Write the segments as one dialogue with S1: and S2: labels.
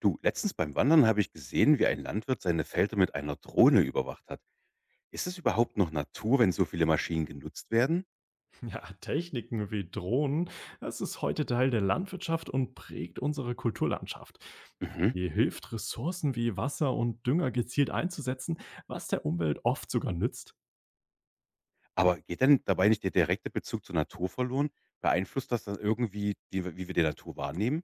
S1: Du, letztens beim Wandern habe ich gesehen, wie ein Landwirt seine Felder mit einer Drohne überwacht hat. Ist es überhaupt noch Natur, wenn so viele Maschinen genutzt werden?
S2: Ja, Techniken wie Drohnen, das ist heute Teil der Landwirtschaft und prägt unsere Kulturlandschaft.
S1: Mhm.
S2: Hier hilft, Ressourcen wie Wasser und Dünger gezielt einzusetzen, was der Umwelt oft sogar nützt.
S1: Aber geht denn dabei nicht der direkte Bezug zur Natur verloren? Beeinflusst das dann irgendwie, die, wie wir die Natur wahrnehmen?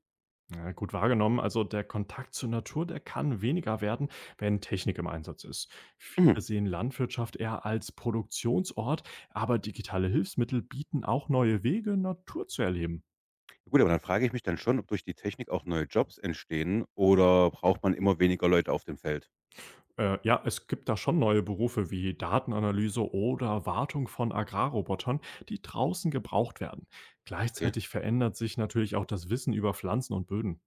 S2: Ja, gut wahrgenommen, also der Kontakt zur Natur, der kann weniger werden, wenn Technik im Einsatz ist.
S1: Mhm.
S2: Viele sehen Landwirtschaft eher als Produktionsort, aber digitale Hilfsmittel bieten auch neue Wege, Natur zu erleben.
S1: Gut, aber dann frage ich mich dann schon, ob durch die Technik auch neue Jobs entstehen oder braucht man immer weniger Leute auf dem Feld?
S2: Ja, es gibt da schon neue Berufe wie Datenanalyse oder Wartung von Agrarrobotern, die draußen gebraucht werden.
S1: Okay.
S2: Gleichzeitig verändert sich natürlich auch das Wissen über Pflanzen und Böden.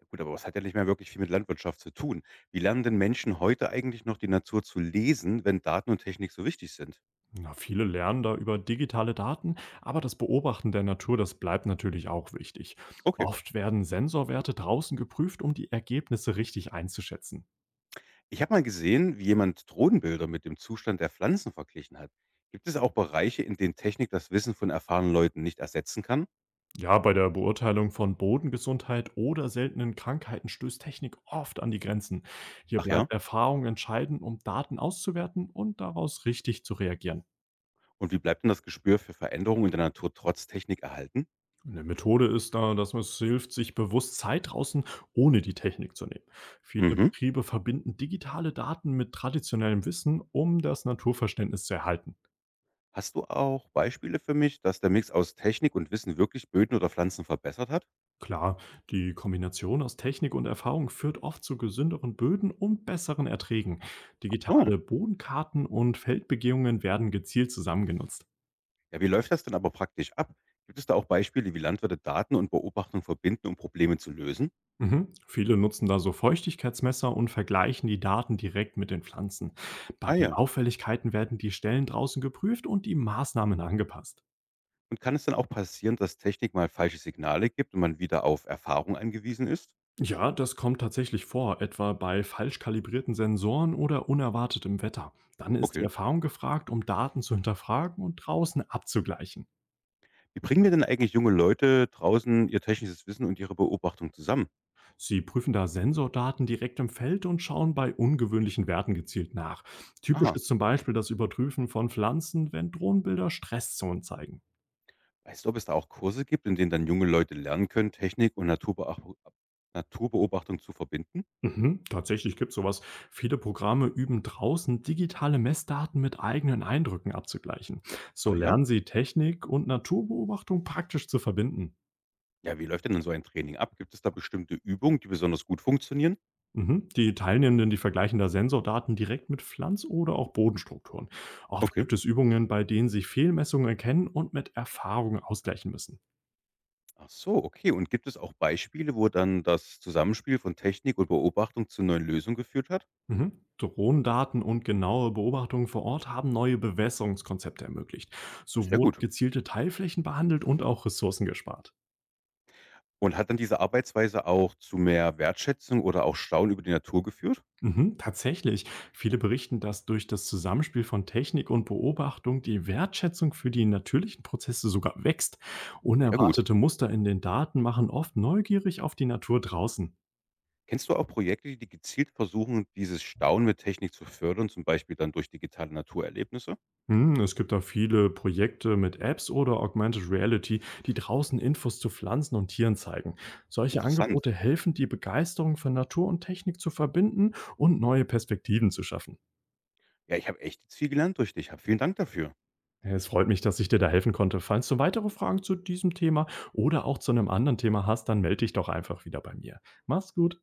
S1: Ja gut, aber was hat ja nicht mehr wirklich viel mit Landwirtschaft zu tun? Wie lernen denn Menschen heute eigentlich noch die Natur zu lesen, wenn Daten und Technik so wichtig sind?
S2: Na, viele lernen da über digitale Daten, aber das Beobachten der Natur, das bleibt natürlich auch wichtig.
S1: Okay.
S2: Oft werden Sensorwerte draußen geprüft, um die Ergebnisse richtig einzuschätzen.
S1: Ich habe mal gesehen, wie jemand Drohnenbilder mit dem Zustand der Pflanzen verglichen hat. Gibt es auch Bereiche, in denen Technik das Wissen von erfahrenen Leuten nicht ersetzen kann?
S2: Ja, bei der Beurteilung von Bodengesundheit oder seltenen Krankheiten stößt Technik oft an die Grenzen. Hier
S1: Ach ja.
S2: bleibt Erfahrung entscheidend, um Daten auszuwerten und daraus richtig zu reagieren.
S1: Und wie bleibt denn das Gespür für Veränderungen in der Natur trotz Technik erhalten?
S2: Eine Methode ist da, dass es hilft, sich bewusst Zeit draußen ohne die Technik zu nehmen. Viele
S1: Mhm.
S2: Betriebe verbinden digitale Daten mit traditionellem Wissen, um das Naturverständnis zu erhalten.
S1: Hast du auch Beispiele für mich, dass der Mix aus Technik und Wissen wirklich Böden oder Pflanzen verbessert hat?
S2: Klar, die Kombination aus Technik und Erfahrung führt oft zu gesünderen Böden und besseren Erträgen.
S1: Ach so.
S2: Digitale Bodenkarten und Feldbegehungen werden gezielt zusammengenutzt.
S1: Ja, wie läuft das denn aber praktisch ab? Gibt es da auch Beispiele, wie Landwirte Daten und Beobachtungen verbinden, um Probleme zu lösen?
S2: Mhm. Viele nutzen da so Feuchtigkeitsmesser und vergleichen die Daten direkt mit den Pflanzen. Bei
S1: Ah
S2: den
S1: ja.
S2: Auffälligkeiten werden die Stellen draußen geprüft und die Maßnahmen angepasst.
S1: Und kann es dann auch passieren, dass Technik mal falsche Signale gibt und man wieder auf Erfahrung angewiesen ist?
S2: Ja, das kommt tatsächlich vor, etwa bei falsch kalibrierten Sensoren oder unerwartetem Wetter. Dann ist die
S1: Okay.
S2: Erfahrung gefragt, um Daten zu hinterfragen und draußen abzugleichen.
S1: Wie bringen wir denn eigentlich junge Leute draußen ihr technisches Wissen und ihre Beobachtung zusammen?
S2: Sie prüfen da Sensordaten direkt im Feld und schauen bei ungewöhnlichen Werten gezielt nach. Typisch
S1: Aha.
S2: ist zum Beispiel das Überprüfen von Pflanzen, wenn Drohnenbilder Stresszonen zeigen.
S1: Weißt du, ob es da auch Kurse gibt, in denen dann junge Leute lernen können, Technik und Naturbeobachtung zu verbinden?
S2: Mhm, tatsächlich gibt sowas. Viele Programme üben draußen, digitale Messdaten mit eigenen Eindrücken abzugleichen. So
S1: Ah ja.
S2: lernen sie Technik und Naturbeobachtung praktisch zu verbinden.
S1: Ja, wie läuft denn dann so ein Training ab? Gibt es da bestimmte Übungen, die besonders gut funktionieren?
S2: Mhm. Die Teilnehmenden, die vergleichen da Sensordaten direkt mit Pflanz- oder auch Bodenstrukturen. Oft
S1: Okay.
S2: gibt es Übungen, bei denen sie Fehlmessungen erkennen und mit Erfahrungen ausgleichen müssen.
S1: Ach so, okay. Und gibt es auch Beispiele, wo dann das Zusammenspiel von Technik und Beobachtung zu neuen Lösungen geführt hat?
S2: Mhm. Drohnendaten und genaue Beobachtungen vor Ort haben neue Bewässerungskonzepte ermöglicht. So
S1: Sehr
S2: wurden
S1: gut.
S2: gezielte Teilflächen behandelt und auch Ressourcen gespart.
S1: Und hat dann diese Arbeitsweise auch zu mehr Wertschätzung oder auch Staunen über die Natur geführt?
S2: Mhm, tatsächlich. Viele berichten, dass durch das Zusammenspiel von Technik und Beobachtung die Wertschätzung für die natürlichen Prozesse sogar wächst.
S1: Sehr gut.
S2: Unerwartete Muster in den Daten machen oft neugierig auf die Natur draußen.
S1: Kennst du auch Projekte, die gezielt versuchen, dieses Staunen mit Technik zu fördern, zum Beispiel dann durch digitale Naturerlebnisse?
S2: Hm, es gibt da viele Projekte mit Apps oder Augmented Reality, die draußen Infos zu Pflanzen und Tieren zeigen. Solche
S1: Interessant.
S2: Angebote helfen, die Begeisterung für Natur und Technik zu verbinden und neue Perspektiven zu schaffen.
S1: Ja, ich habe echt viel gelernt durch dich. Hab vielen Dank dafür.
S2: Es freut mich, dass ich dir da helfen konnte. Falls du weitere Fragen zu diesem Thema oder auch zu einem anderen Thema hast, dann melde dich doch einfach wieder bei mir. Mach's gut.